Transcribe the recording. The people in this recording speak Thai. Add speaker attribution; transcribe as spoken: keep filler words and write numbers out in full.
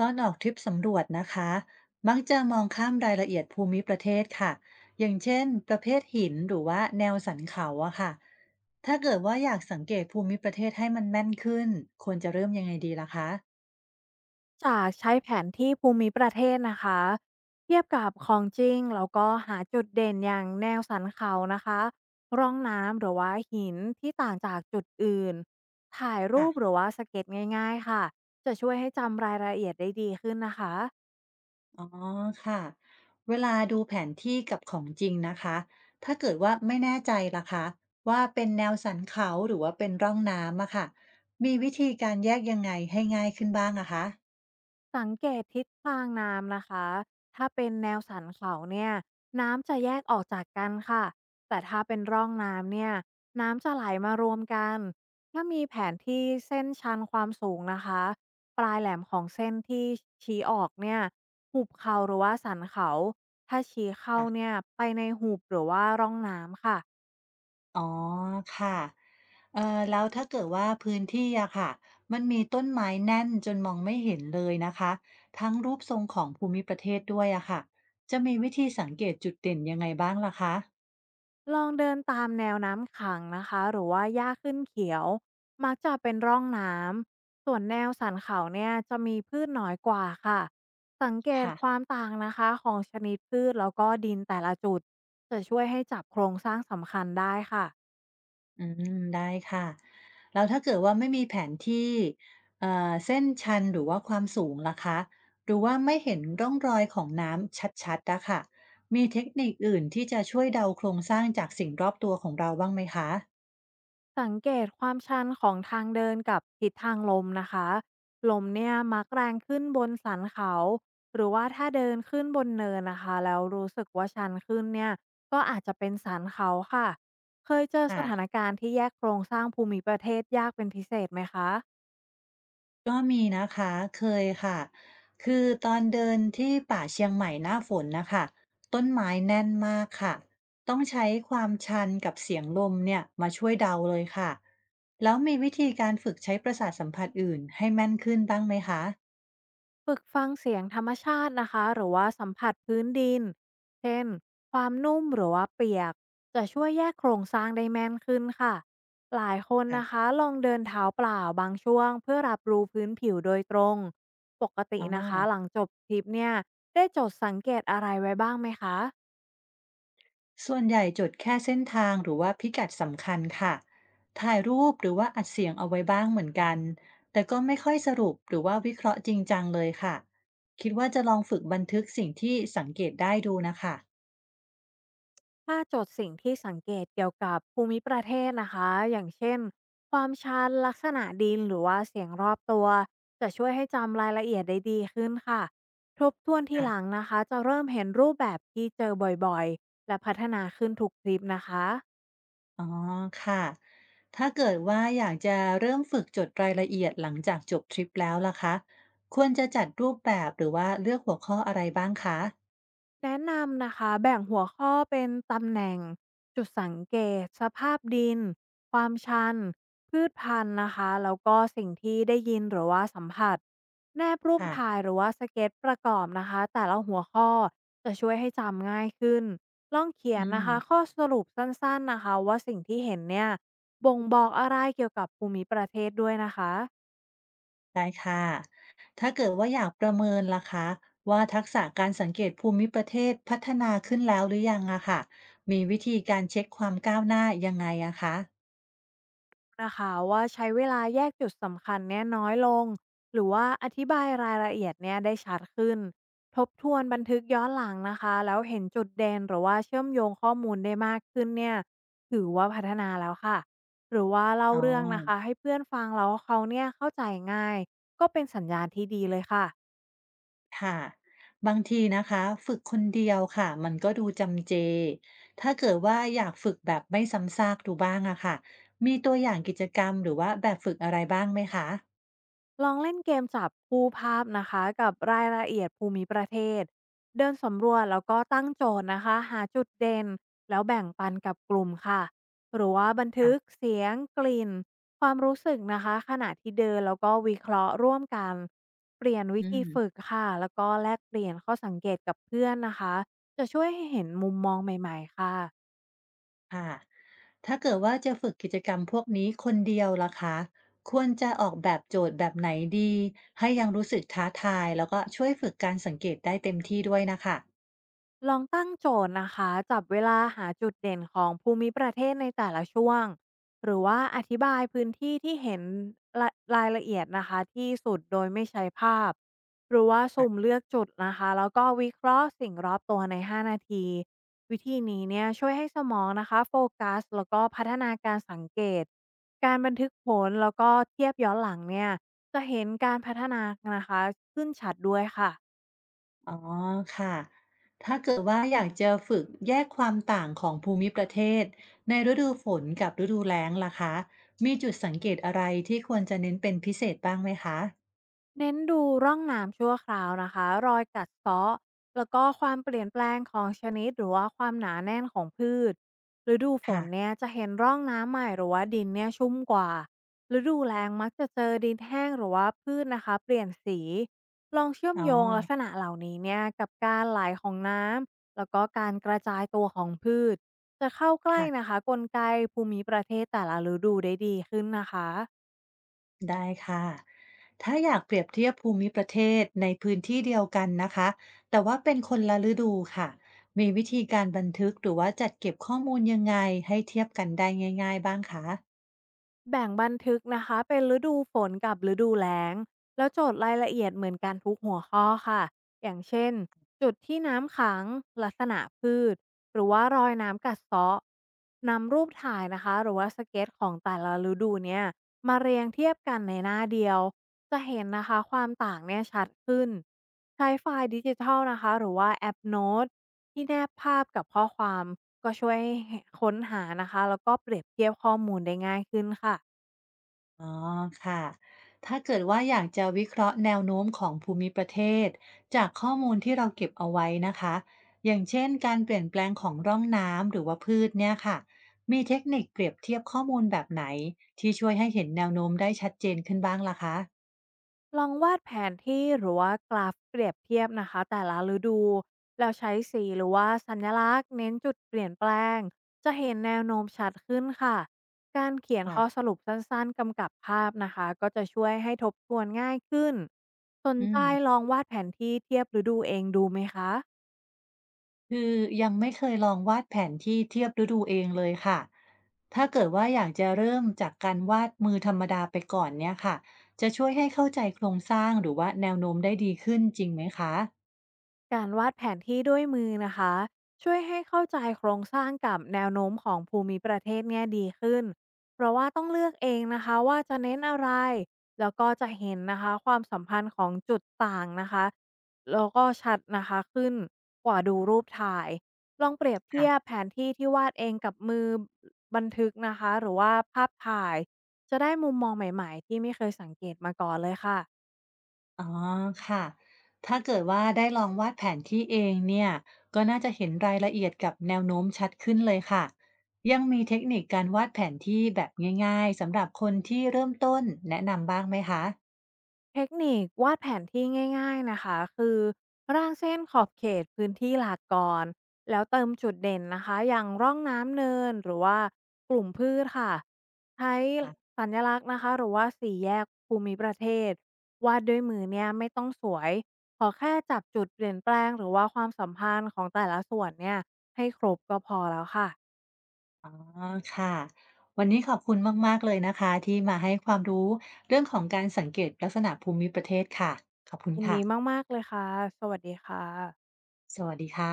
Speaker 1: ตอนออกทริปสำรวจนะคะ มักจะมองข้ามรายละเอียดภูมิประเทศค่ะอย่างเช่นประเภทหินหรือว่าแนวสันเขาอะค่ะถ้าเกิดว่าอยากสังเกตภูมิประเทศให้มันแม่นขึ้น ควรจะเริ่มยังไงดีล่ะคะ
Speaker 2: จากใช้แผนที่ภูมิประเทศนะคะเทียบกับของจริงแล้วก็หาจุดเด่นอย่างแนวสันเขานะคะร่องน้ำหรือว่าหินที่ต่างจากจุดอื่น ถ่ายรูปหรื
Speaker 1: ค่ะ
Speaker 2: อว่าสเก็ตง่ายๆค่ะ จะช่วยให้จำรายละเอียดได้ดีขึ้นนะคะ
Speaker 1: อ๋อค่ะเวลาดูแผนที่กับของจริงนะคะ ถ้าเกิดว่าไม่แน่ใจล่ะคะว่าเป็นแนวสันเขาหรือว่าเป็นร่องน้ำอะค่ะมีวิธีการแยกยังไงให้ง่ายขึ้นบ้างอะคะ
Speaker 2: สังเกตทิศทางน้ำนะคะถ้าเป็นแนวสันเขาเนี่ยน้ำจะแยกออกจากกันค่ะแต่ถ้าเป็นร่องน้ำเนี่ยน้ำจะไหลมารวมกันถ้ามีแผนที่เส้นชันความสูงนะคะปลายแหลมของเส้นที่ชี้ออกเนี่ยหุบเขาหรือว่าสันเขาถ้าชี้เข้าเนี่ยไปในหุบหรือว่าร่องน้ำค่ะ
Speaker 1: อ๋อค่ะเอ่อแล้วถ้าเกิดว่าพื้นที่อะค่ะมันมีต้นไม้แน่นจนมองไม่เห็นเลยนะคะ ทั้งรูปทรงของภูมิประเทศด้วยอะค่ะจะมีวิธีสังเกตจุดเด่นยังไงบ้างล่ะคะ
Speaker 2: ลองเดินตามแนวน้ำขังนะคะหรือว่าหญ้าขึ้นเขียวมักจะเป็นร่องน้ำส่วนแนวสันเขาเนี่ยจะมีพืชน้อยกว่าค่ะสังเกต
Speaker 1: ค่ะ
Speaker 2: ความต่างนะคะของชนิดพืชแล้วก็ดินแต่ละจุดจะช่วยให้จับโครงสร้างสำคัญได้ค่ะ
Speaker 1: อืมได้ค่ะแล้วถ้าเกิดว่าไม่มีแผนที่เอ่อเส้นชันหรือว่าความสูงล่ะคะหรือว่าไม่เห็นร่องรอยของน้ำชัดๆอะค่ะมีเทคนิคอื่นที่จะช่วยเดาโครงสร้างจากสิ่งรอบตัวของเราบ้างไหมคะ
Speaker 2: สังเกตความชันของทางเดินกับทิศทางลมนะคะลมเนี่ยมักแรงขึ้นบนสันเขาหรือว่าถ้าเดินขึ้นบนเนินนะคะแล้วรู้สึกว่าชันขึ้นเนี่ยก็อาจจะเป็นสันเขาค่ะเคยเจอส
Speaker 1: ค่ะ
Speaker 2: ถานการณ์ที่แยกโครงสร้างภูมิประเทศยากเป็นพิเศษไหมคะ
Speaker 1: ก็มีนะคะเคยค่ะคือตอนเดินที่ป่าเชียงใหม่หน้าฝนนะคะต้นไม้แน่นมากค่ะต้องใช้ความชันกับเสียงลมเนี่ยมาช่วยเดาเลยค่ะแล้วมีวิธีการฝึกใช้ประสาทสัมผัสอื่นให้แม่นขึ้นบ้างไหมคะ
Speaker 2: ฝึกฟังเสียงธรรมชาตินะคะหรือว่าสัมผัสพื้นดิน เช่น ความนุ่มหรือว่าเปียก จะช่วยแยกโครงสร้างได้แม่นขึ้นค่ะ หลายคนนะ
Speaker 1: ค่ะ
Speaker 2: คะลองเดินเท้าเปล่าบางช่วงเพื่อรับรู้พื้นผิวโดยตรง ปกติ
Speaker 1: อ๋อ
Speaker 2: นะคะหลังจบทริปเนี่ยได้จดสังเกตอะไรไว้บ้างไหมคะ
Speaker 1: ส่วนใหญ่จดแค่เส้นทางหรือว่าพิกัดสำคัญค่ะถ่ายรูปหรือว่าอัดเสียงเอาไว้บ้างเหมือนกันแต่ก็ไม่ค่อยสรุปหรือว่าวิเคราะห์จริงจังเลยค่ะคิดว่าจะลองฝึกบันทึกสิ่งที่สังเกตได้ดูนะคะ
Speaker 2: ถ้าจดสิ่งที่สังเกตเกี่ยวกับภูมิประเทศนะคะอย่างเช่นความชันลักษณะดินหรือว่าเสียงรอบตัวจะช่วยให้จำรายละเอียดได้ดีขึ้นค่ะทบทวนที
Speaker 1: อ่ะ
Speaker 2: หลังนะคะจะเริ่มเห็นรูปแบบที่เจอบ่อยๆและพัฒนาขึ้นทุกทริปนะคะ
Speaker 1: อ๋อค่ะถ้าเกิดว่าอยากจะเริ่มฝึกจดรายละเอียดหลังจากจบทริปแล้วล่ะคะควรจะจัดรูปแบบหรือว่าเลือกหัวข้ออะไรบ้างคะ
Speaker 2: แนะนำนะคะแบ่งหัวข้อเป็นตำแหน่งจุดสังเกตสภาพดินความชันพืชพันธุ์นะคะแล้วก็สิ่งที่ได้ยินหรือว่าสัมผัสแนบรูปถ่า
Speaker 1: ค่ะ
Speaker 2: ยหรือว่าสเก็ตประกอบนะคะแต่ละหัวข้อจะช่วยให้จำง่ายขึ้นลองเขียน
Speaker 1: อื
Speaker 2: นะคะ
Speaker 1: ม
Speaker 2: ข้อสรุปสั้นๆนะคะว่าสิ่งที่เห็นเนี่ยบ่งบอกอะไรเกี่ยวกับภูมิประเทศด้วยนะคะ
Speaker 1: ได้ค่ะถ้าเกิดว่าอยากประเมินล่ะคะว่าทักษะการสังเกตภูมิประเทศพัฒนาขึ้นแล้วหรือยังอะค่ะมีวิธีการเช็คความก้าวหน้ายังไงอะคะ
Speaker 2: นะคะว่าใช้เวลาแยกจุดสำคัญเนี่ยน้อยลงหรือว่าอธิบายรายละเอียดเนี่ยได้ชัดขึ้นทบทวนบันทึกย้อนหลังนะคะแล้วเห็นจุดเด่นหรือว่าเชื่อมโยงข้อมูลได้มากขึ้นเนี่ยถือว่าพัฒนาแล้วค่ะหรือว่าเล่า
Speaker 1: อ๋อ
Speaker 2: เรื่องนะคะให้เพื่อนฟังแล้วเขาเนี่ยเข้าใจง่ายก็เป็นสัญญาณที่ดีเลยค่ะ
Speaker 1: ค่ะบางทีนะคะฝึกคนเดียวค่ะมันก็ดูจำเจถ้าเกิดว่าอยากฝึกแบบไม่ซ้ำซากดูบ้างอะค่ะมีตัวอย่างกิจกรรมหรือว่าแบบฝึกอะไรบ้างไหมคะ
Speaker 2: ลองเล่นเกมจับคู่ภาพนะคะกับรายละเอียดภูมิประเทศเดินสำรวจแล้วก็ตั้งโจทย์นะคะหาจุดเด่นแล้วแบ่งปันกับกลุ่มค่ะหรือว่าบันทึก
Speaker 1: ค่ะ
Speaker 2: เสียงกลิ่นความรู้สึกนะคะขณะที่เดินแล้วก็วิเคราะห์ร่วมกันเปลี่ยนวิ
Speaker 1: อื
Speaker 2: ธีฝึ
Speaker 1: ม
Speaker 2: กค่ะแล้วก็แลกเปลี่ยนข้อสังเกตกับเพื่อนนะคะจะช่วยให้เห็นมุมมองใหม่ๆค่ะ
Speaker 1: ค่ะถ้าเกิดว่าจะฝึกกิจกรรมพวกนี้คนเดียวล่ะคะควรจะออกแบบโจทย์แบบไหนดี ให้ยังรู้สึกท้าทายแล้วก็ช่วยฝึกการสังเกตได้เต็มที่ด้วยนะคะ
Speaker 2: ลองตั้งโจทย์นะคะจับเวลาหาจุดเด่นของภูมิประเทศในแต่ละช่วงหรือว่าอธิบายพื้นที่ที่เห็นรารายละเอียดนะคะที่สุดโดยไม่ใช้ภาพหรือว่าสุ่มเลือกจุดนะคะแล้วก็วิเคราะห์สิ่งรอบตัวใน ห้า นาทีวิธีนี้เนี่ยช่วยให้สมองนะคะโฟกัสแล้วก็พัฒนาการสังเกตการบันทึกผลแล้วก็เทียบย้อนหลังเนี่ยจะเห็นการพัฒนานะคะขึ้นชัดด้วยค่ะ
Speaker 1: อ๋อค่ะถ้าเกิดว่าอยากจะฝึกแยกความต่างของภูมิประเทศในฤดูฝนกับฤดูแล้งล่ะคะมีจุดสังเกตอะไรที่ควรจะเน้นเป็นพิเศษบ้างไหมคะ
Speaker 2: เน้นดูร่องน้ำชั่วคราวนะคะรอยกัดเซาะแล้วก็ความเปลี่ยนแปลงของชนิดหรือว่าความหนาแน่นของพืชฤดูฝ
Speaker 1: ค่ะ
Speaker 2: นเนี่ยจะเห็นร่องน้ำใหม่หรือว่าดินเนี่ยชุ่มกว่าฤดูแล้งมักจะเจอดินแห้งหรือว่าพืชนะคะเปลี่ยนสีลองเชื่อม
Speaker 1: อ๋อ
Speaker 2: โยงลักษณะเหล่านี้เนี่ยกับการไหลของน้ำแล้วก็การกระจายตัวของพืชจะเข้าใกล้
Speaker 1: ค่ะ
Speaker 2: นะคะกลไกภูมิประเทศแต่ละฤดูได้ดีขึ้นนะคะ
Speaker 1: ได้ค่ะ ถ้าอยากเปรียบเทียบภูมิประเทศในพื้นที่เดียวกันนะคะ แต่ว่าเป็นคนละฤดูค่ะ มีวิธีการบันทึกหรือว่าจัดเก็บข้อมูลยังไงให้เทียบกันได้ง่ายๆบ้างคะ
Speaker 2: แบ่งบันทึกนะคะเป็นฤดูฝนกับฤดูแล้งแล้วโจทย์รายละเอียดเหมือนกันทุกหัวข้อค่ะอย่างเช่นจุดที่น้ำขังลักษณะพืชหรือว่ารอยน้ำกัดเซาะนำรูปถ่ายนะคะหรือว่าสเก็ตของแต่ละฤดูเนี่ยมาเรียงเทียบกันในหน้าเดียวจะเห็นนะคะความต่างเนี่ยชัดขึ้นใช้ไฟล์ดิจิทัลนะคะหรือว่าแอปโน้ตที่แนบภาพกับข้อความก็ช่วยให้ค้นหานะคะแล้วก็เปรียบเทียบข้อมูลได้ง่ายขึ้นค่ะ
Speaker 1: อ๋อค่ะ ถ้าเกิดว่าอยากจะวิเคราะห์แนวโน้มของภูมิประเทศจากข้อมูลที่เราเก็บเอาไว้นะคะ อย่างเช่นการเปลี่ยนแปลงของร่องน้ำหรือว่าพืชเนี่ยค่ะมีเทคนิคเปรียบเทียบข้อมูลแบบไหนที่ช่วยให้เห็นแนวโน้มได้ชัดเจนขึ้นบ้างล่ะคะ
Speaker 2: ลองวาดแผนที่หรือว่ากราฟเปรียบเทียบนะคะแต่ละฤดูแล้วใช้สีหรือว่าสัญลักษณ์เน้นจุดเปลี่ยนแปลงจะเห็นแนวโน้มชัดขึ้นค่ะการเขียน
Speaker 1: ค่ะ
Speaker 2: ข้อสรุปสั้นๆกำกับภาพนะคะก็จะช่วยให้ทบทวนง่ายขึ้นสน
Speaker 1: อื
Speaker 2: ใจล
Speaker 1: ม
Speaker 2: องวาดแผนที่เทียบฤดูเองดูไหมคะ
Speaker 1: คือยังไม่เคยลองวาดแผนที่เทียบฤดูเองเลยค่ะถ้าเกิดว่าอยากจะเริ่มจากการวาดมือธรรมดาไปก่อนเนี่ยค่ะจะช่วยให้เข้าใจโครงสร้างหรือว่าแนวโน้มได้ดีขึ้นจริงไหมคะ
Speaker 2: การวาดแผนที่ด้วยมือนะคะช่วยให้เข้าใจโครงสร้างกับแนวโน้มของภูมิประเทศเนี่ยดีขึ้นเพราะว่าต้องเลือกเองนะคะว่าจะเน้นอะไรแล้วก็จะเห็นนะคะความสัมพันธ์ของจุดต่างนะคะแล้วก็ชัดนะคะขึ้นกว่าดูรูปถ่ายลองเปรียบ
Speaker 1: ค่ะ
Speaker 2: เทียบแผนที่ที่วาดเองกับมือบันทึกนะคะหรือว่าภาพถ่ายจะได้มุมมองใหม่ๆที่ไม่เคยสังเกตมาก่อนเลยค่ะ
Speaker 1: อ๋อค่ะถ้าเกิดว่าได้ลองวาดแผนที่เองเนี่ย ก็น่าจะเห็นรายละเอียดกับแนวโน้มชัดขึ้นเลยค่ะ ยังมีเทคนิคการวาดแผนที่แบบง่ายๆสำหรับคนที่เริ่มต้นแนะนำบ้างไหมคะ
Speaker 2: เทคนิควาดแผนที่ง่ายๆนะคะคือร่างเส้นขอบเขตพื้นที่หลักก่อนแล้วเติมจุดเด่นนะคะอย่างร่องน้ำเนินหรือว่ากลุ่มพืชค่ะใช้
Speaker 1: ะ
Speaker 2: สัญลักษณ์นะคะหรือว่าสี่แยกภูมิประเทศวาดด้วยมือเนี่ยไม่ต้องสวยขอแค่จับจุดเปลี่ยนแปลงหรือว่าความสัมพันธ์ของแต่ละส่วนเนี่ยให้ครบก็พอแล้วค่ะ
Speaker 1: อ๋อค่ะวันนี้ขอบคุณมากๆเลยนะคะที่มาให้ความรู้เรื่องของการสังเกตลักษณะภูมิประเทศค่ะขอบคุณ
Speaker 2: ยิน
Speaker 1: ค่ะ
Speaker 2: ดีมากๆเลยค่ะสวัสดีค่ะ
Speaker 1: สวัสดีค่ะ